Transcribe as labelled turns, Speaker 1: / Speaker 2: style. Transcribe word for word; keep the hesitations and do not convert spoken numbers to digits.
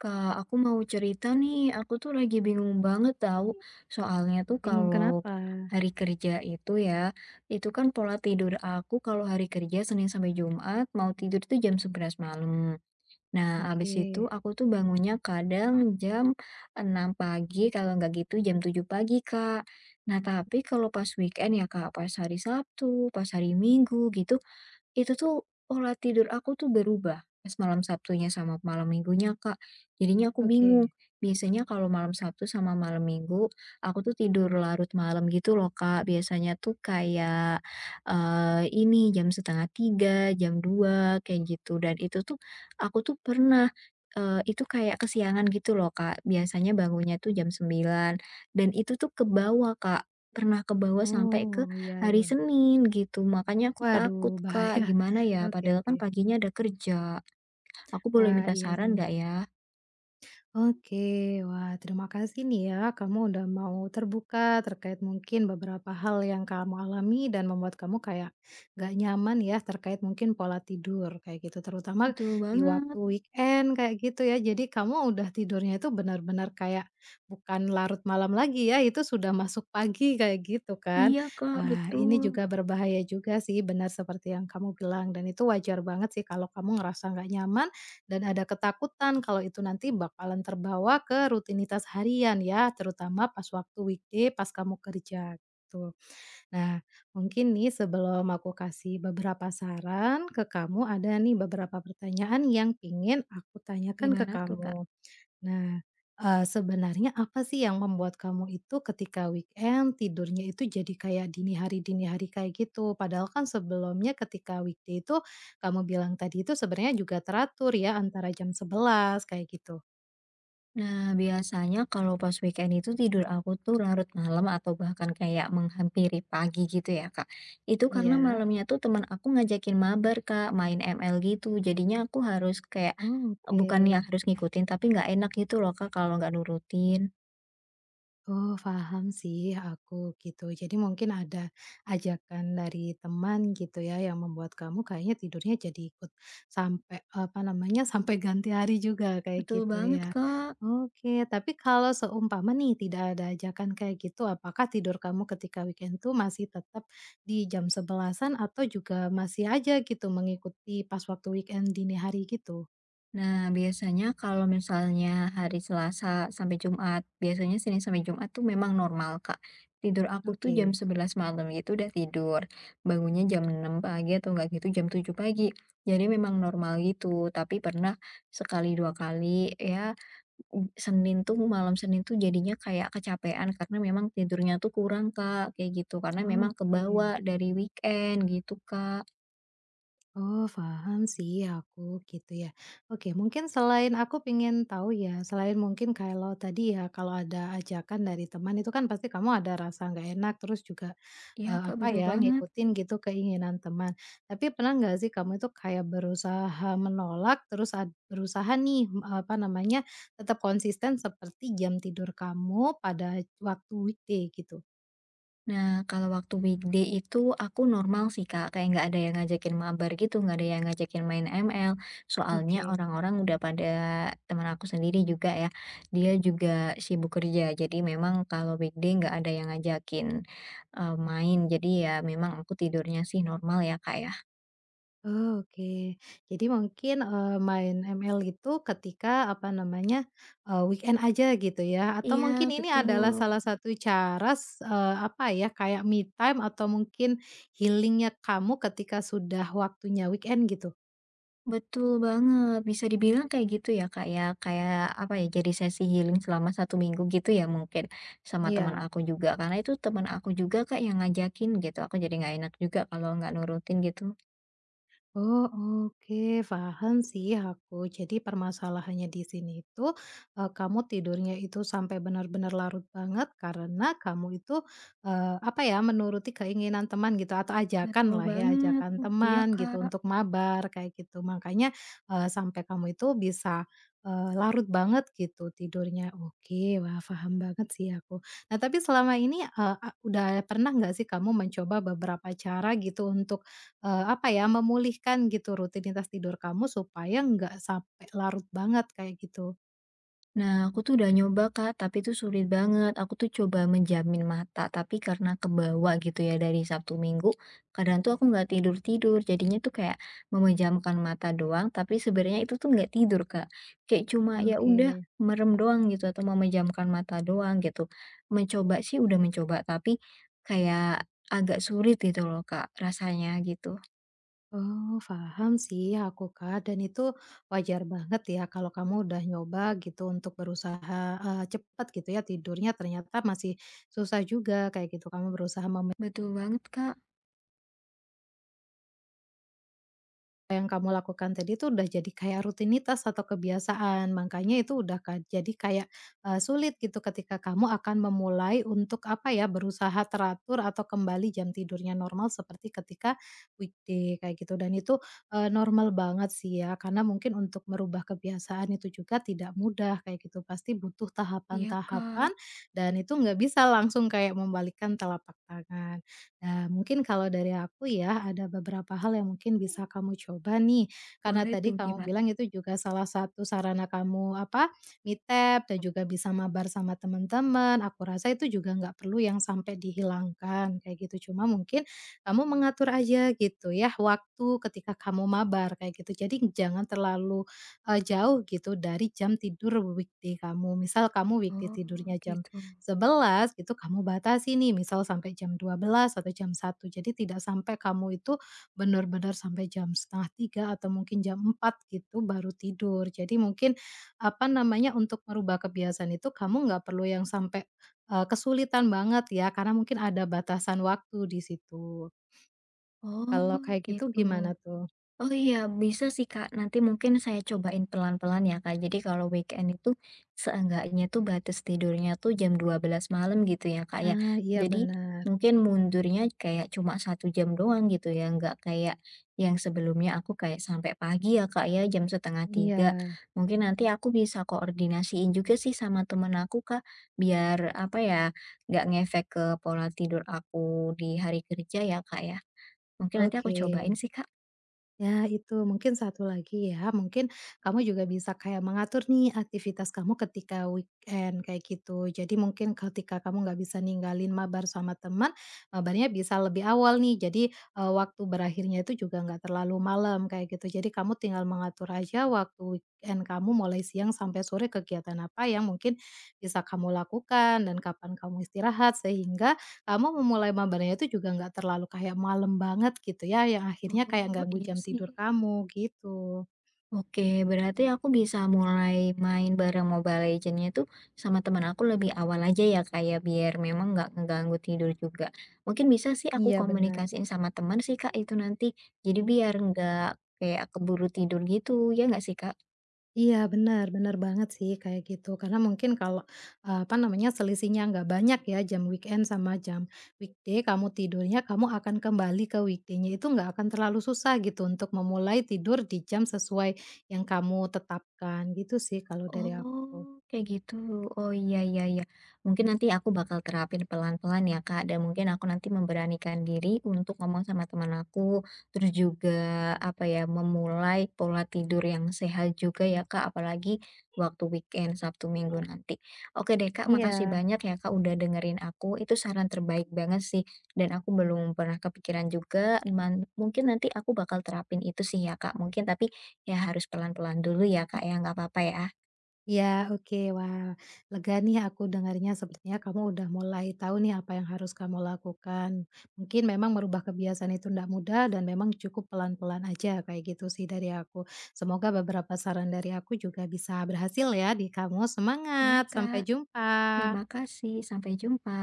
Speaker 1: Kak, aku mau cerita nih. Aku tuh lagi bingung banget tahu. Soalnya tuh
Speaker 2: Bingung
Speaker 1: kalau
Speaker 2: kenapa?
Speaker 1: hari kerja itu ya, itu kan pola tidur aku kalau hari kerja Senin sampai Jumat mau tidur tuh jam sebelas malam. Nah, abis
Speaker 2: Oke
Speaker 1: itu aku tuh bangunnya kadang jam enam pagi, kalau nggak gitu jam tujuh pagi, Kak. Nah, tapi kalau pas weekend ya, Kak, pas hari Sabtu, pas hari Minggu gitu, itu tuh pola tidur aku tuh berubah pas malam Sabtunya sama malam Minggunya, Kak. Jadinya aku bingung.
Speaker 2: oke.
Speaker 1: Biasanya kalau malam Sabtu sama malam Minggu, aku tuh tidur larut malam gitu loh, Kak. Biasanya tuh kayak, eee, ini jam setengah tiga jam dua kayak gitu dan itu tuh aku tuh pernah, eee, itu kayak kesiangan gitu loh, Kak. Biasanya bangunnya tuh jam sembilan dan itu tuh ke bawah, Kak. Pernah ke bawah sampai ke
Speaker 2: Oh, iya
Speaker 1: hari
Speaker 2: iya.
Speaker 1: Senin gitu, makanya aku takut,
Speaker 2: Waduh
Speaker 1: Kak.
Speaker 2: bahaya.
Speaker 1: Gimana ya?
Speaker 2: Oke
Speaker 1: Padahal
Speaker 2: oke.
Speaker 1: kan paginya ada kerja. Aku boleh
Speaker 2: Wah,
Speaker 1: minta
Speaker 2: iya
Speaker 1: saran
Speaker 2: nih.
Speaker 1: nggak ya?
Speaker 2: Oke, wah terima kasih nih ya kamu udah mau terbuka terkait mungkin beberapa hal yang kamu alami dan membuat kamu kayak gak nyaman ya terkait mungkin pola tidur kayak gitu terutama
Speaker 1: Betul
Speaker 2: di waktu
Speaker 1: banget.
Speaker 2: weekend kayak gitu ya. Jadi kamu udah tidurnya itu benar-benar kayak bukan larut malam lagi ya, itu sudah masuk pagi kayak gitu kan.
Speaker 1: Iya, Kak,
Speaker 2: Wah, ini
Speaker 1: betul.
Speaker 2: juga berbahaya juga sih benar seperti yang kamu bilang dan itu wajar banget sih kalau kamu ngerasa nggak nyaman dan ada ketakutan kalau itu nanti bakalan terbawa ke rutinitas harian ya, terutama pas waktu weekday pas kamu kerja, gitu. Nah, mungkin nih sebelum aku kasih beberapa saran ke kamu, ada nih beberapa pertanyaan yang pingin aku tanyakan ke
Speaker 1: Gimana tuh, Kak?
Speaker 2: kamu. Nah, eee, sebenarnya apa sih yang membuat kamu itu ketika weekend tidurnya itu jadi kayak dini hari-dini hari kayak gitu? Padahal kan sebelumnya ketika weekday itu kamu bilang tadi itu sebenarnya juga teratur ya antara jam sebelas kayak gitu?
Speaker 1: Nah, biasanya kalau pas weekend itu tidur aku tuh larut malam atau bahkan kayak menghampiri pagi gitu ya, Kak. Itu karena
Speaker 2: Iya?
Speaker 1: malamnya tuh teman aku ngajakin mabar, Kak, main M L gitu. Jadinya aku harus kayak
Speaker 2: Oh, oke.
Speaker 1: bukannya harus ngikutin tapi nggak enak gitu loh, Kak, kalau nggak nurutin.
Speaker 2: Oh, paham sih aku gitu. Jadi mungkin ada ajakan dari teman gitu ya yang membuat kamu kayaknya tidurnya jadi ikut sampai apa namanya, sampai ganti hari juga kayak
Speaker 1: Betul
Speaker 2: gitu
Speaker 1: banget,
Speaker 2: ya.
Speaker 1: Kak.
Speaker 2: Oke, tapi kalau seumpama nih tidak ada ajakan kayak gitu, apakah tidur kamu ketika weekend tuh masih tetap di jam sebelasan atau juga masih aja gitu mengikuti pas waktu weekend dini hari gitu?
Speaker 1: Nah, biasanya kalau misalnya hari Selasa sampai Jumat, biasanya Senin sampai Jumat tuh memang normal, Kak. Tidur aku tuh jam
Speaker 2: Oke.
Speaker 1: sebelas malam gitu udah tidur. Bangunnya jam enam pagi atau enggak gitu jam tujuh pagi. Jadi memang normal gitu, tapi pernah sekali dua kali ya, mm, Senin tuh malam Senin tuh jadinya kayak kecapean karena memang tidurnya tuh kurang, Kak, kayak gitu. Karena memang
Speaker 2: Oke.
Speaker 1: kebawa dari weekend gitu, Kak.
Speaker 2: Oh, paham sih aku gitu ya. Oke, mungkin selain aku pengen tahu ya, selain mungkin kalau tadi ya, kalau ada ajakan dari teman itu kan pasti kamu ada rasa nggak enak, terus juga,
Speaker 1: Ya
Speaker 2: eee,
Speaker 1: Kak,
Speaker 2: apa
Speaker 1: betul
Speaker 2: ya,
Speaker 1: banget.
Speaker 2: ngikutin gitu keinginan teman. Tapi pernah nggak sih kamu itu kayak berusaha menolak, terus ad berusaha nih, m- apa namanya, tetap konsisten seperti jam tidur kamu pada waktu weekday gitu?
Speaker 1: Nah, kalau waktu weekday itu aku normal sih, Kak, kayak nggak ada yang ngajakin mabar gitu, nggak ada yang ngajakin main M L. Soalnya
Speaker 2: Oke.
Speaker 1: orang-orang udah pada teman aku sendiri juga ya, dia juga sibuk kerja. Jadi memang kalau weekday nggak ada yang ngajakin eh, main. Jadi ya memang aku tidurnya sih normal ya Kak ya.
Speaker 2: Oh, oke. Jadi mungkin, eee, main M L itu ketika, apa namanya, eee, weekend aja gitu ya, atau mungkin
Speaker 1: Iya,
Speaker 2: ini adalah
Speaker 1: betul.
Speaker 2: salah satu cara s eee, apa ya, kayak me time atau mungkin healingnya kamu ketika sudah waktunya weekend gitu?
Speaker 1: Betul banget, bisa dibilang kayak gitu ya Kak ya, kayak apa ya, jadi sesi healing selama satu minggu gitu ya mungkin, sama teman
Speaker 2: Iya.
Speaker 1: aku juga, karena itu teman aku juga Kak yang ngajakin gitu, aku jadi nggak enak juga kalau nggak nurutin gitu.
Speaker 2: Oh, oke, paham sih aku. Jadi permasalahannya di sini itu, eee, kamu tidurnya itu sampai benar-benar larut banget karena kamu itu, eee, apa ya, menuruti keinginan teman gitu atau ajakan
Speaker 1: Betul
Speaker 2: lah ya,
Speaker 1: banget,
Speaker 2: ajakan
Speaker 1: iya
Speaker 2: teman gitu
Speaker 1: Kak.
Speaker 2: untuk mabar kayak gitu. Makanya, eee, sampai kamu itu bisa, eee, larut banget gitu tidurnya. Oke, wah paham banget sih aku. Nah, tapi selama ini, eee, a udah pernah nggak sih kamu mencoba beberapa cara gitu untuk, Eee, apa ya, memulihkan gitu rutinitas tidur kamu supaya nggak sampai larut banget kayak gitu.
Speaker 1: Nah, aku tuh udah nyoba Kak, tapi tuh sulit banget. Aku tuh coba menjamin mata, tapi karena kebawa gitu ya dari Sabtu Minggu, kadang tuh aku nggak tidur-tidur. Jadinya tuh kayak memejamkan mata doang, tapi sebenarnya itu tuh nggak tidur, Kak. Kayak cuma ya udah
Speaker 2: Oke.
Speaker 1: merem doang gitu atau memejamkan mata doang gitu. Mencoba sih udah mencoba, tapi kayak agak sulit gitu loh, Kak, rasanya gitu.
Speaker 2: Oh, paham sih aku, Kak, dan itu wajar banget ya kalau kamu udah nyoba gitu untuk berusaha, eee, cepat gitu ya tidurnya ternyata masih susah juga kayak gitu. Kamu berusaha mem
Speaker 1: Betul banget Kak.
Speaker 2: Yang kamu lakukan tadi itu udah jadi kayak rutinitas atau kebiasaan, makanya itu udah ka jadi kayak, eee, sulit gitu ketika kamu akan memulai untuk apa ya, berusaha teratur atau kembali jam tidurnya normal seperti ketika weekday kayak gitu dan itu, eee, normal banget sih ya karena mungkin untuk merubah kebiasaan itu juga tidak mudah kayak gitu, pasti butuh
Speaker 1: Iya
Speaker 2: tahapan-tahapan
Speaker 1: Kak,
Speaker 2: dan itu nggak bisa langsung kayak membalikkan telapak tangan. Nah, mungkin kalau dari aku ya, ada beberapa hal yang mungkin bisa kamu coba nih. Karena
Speaker 1: boleh
Speaker 2: tadi
Speaker 1: tuh
Speaker 2: kamu
Speaker 1: gimana?
Speaker 2: bilang itu juga salah satu sarana kamu apa, me dan juga bisa mabar sama teman-teman. Aku rasa itu juga nggak perlu yang sampai dihilangkan kayak gitu. Cuma mungkin kamu mengatur aja gitu ya waktu ketika kamu mabar kayak gitu. Jadi jangan terlalu eh, jauh gitu dari jam tidur weekday kamu. Misal kamu weekday
Speaker 1: Oh,
Speaker 2: tidurnya jam
Speaker 1: gitu.
Speaker 2: sebelas itu kamu batasi nih, misal sampai jam dua belas atau jam satu. Jadi tidak sampai kamu itu benar-benar sampai jam setengah tiga atau mungkin jam empat gitu baru tidur. Jadi mungkin, apa namanya, untuk merubah kebiasaan itu kamu nggak perlu yang sampai, eee, kesulitan banget ya, karena mungkin ada batasan waktu di situ. Kalau
Speaker 1: Oh,
Speaker 2: kayak gitu
Speaker 1: gitu.
Speaker 2: gimana tuh?
Speaker 1: Oh iya, bisa sih Kak, nanti mungkin saya cobain pelan-pelan ya Kak. Jadi kalau weekend itu seenggaknya tuh batas tidurnya tuh jam dua belas malam gitu ya Kak ya.
Speaker 2: Ah, iya
Speaker 1: Jadi
Speaker 2: benar.
Speaker 1: mungkin mundurnya kayak cuma satu jam doang gitu ya, nggak kayak yang sebelumnya aku kayak sampai pagi ya Kak ya, jam setengah
Speaker 2: Iya,
Speaker 1: tiga. Mungkin nanti aku bisa koordinasiin juga sih sama temen aku Kak, biar apa ya, nggak ngefek ke pola tidur aku di hari kerja ya Kak ya. Mungkin nanti aku
Speaker 2: oke.
Speaker 1: cobain sih, Kak.
Speaker 2: Ya itu, mungkin satu lagi ya, mungkin kamu juga bisa kayak mengatur nih aktivitas kamu ketika weekend kayak gitu. Jadi mungkin ketika kamu nggak bisa ninggalin mabar sama teman, mabarnya bisa lebih awal nih. Jadi, eee, waktu berakhirnya itu juga nggak terlalu malam kayak gitu. Jadi kamu tinggal mengatur aja waktu weekend kamu mulai siang sampai sore kegiatan apa yang mungkin bisa kamu lakukan dan kapan kamu istirahat sehingga kamu memulai mabalnya itu juga nggak terlalu kayak malam banget gitu ya, yang akhirnya kayak
Speaker 1: Oh,
Speaker 2: ganggu
Speaker 1: iya
Speaker 2: jam
Speaker 1: sih.
Speaker 2: tidur kamu, gitu.
Speaker 1: Oke, berarti aku bisa mulai main bareng Mobile Legends-nya tuh sama teman aku lebih awal aja ya, kayak biar memang nggak ngeganggu tidur juga. Mungkin bisa sih aku
Speaker 2: Iya, benar.
Speaker 1: komunikasiin sama teman sih, Kak, itu nanti. Jadi biar nggak kayak keburu tidur gitu, ya nggak sih, Kak?
Speaker 2: Iya, benar benar banget sih kayak gitu. Karena mungkin kalau, eee, apa namanya, selisihnya nggak banyak ya jam weekend sama jam weekday, kamu tidurnya kamu akan kembali ke weekday-nya itu nggak akan terlalu susah gitu untuk memulai tidur di jam sesuai yang kamu tetapkan, gitu sih kalau dari aku.
Speaker 1: Oh, kayak gitu. Oh, iya iya iya. Mungkin nanti aku bakal terapin pelan-pelan ya, Kak, dan mungkin aku nanti memberanikan diri untuk ngomong sama teman aku, terus juga apa ya, memulai pola tidur yang sehat juga ya, Kak, apalagi waktu weekend Sabtu Minggu nanti. Oke deh, Kak, makasih
Speaker 2: Iya.
Speaker 1: banyak ya, Kak, udah dengerin aku. Itu saran terbaik banget sih dan aku belum pernah kepikiran juga. Man- mungkin nanti aku bakal terapin itu sih ya, Kak. Mungkin tapi ya harus pelan-pelan dulu ya, Kak, ya nggak apa-apa ya.
Speaker 2: Iya, oke. Wah, lega nih aku dengarnya sepertinya kamu udah mulai tahu nih apa yang harus kamu lakukan. Mungkin memang merubah kebiasaan itu tidak mudah dan memang cukup pelan-pelan aja kayak gitu sih dari aku. Semoga beberapa saran dari aku juga bisa berhasil ya di kamu.
Speaker 1: Iya
Speaker 2: Semangat,
Speaker 1: Kak,
Speaker 2: sampai jumpa.
Speaker 1: terima kasih, sampai jumpa.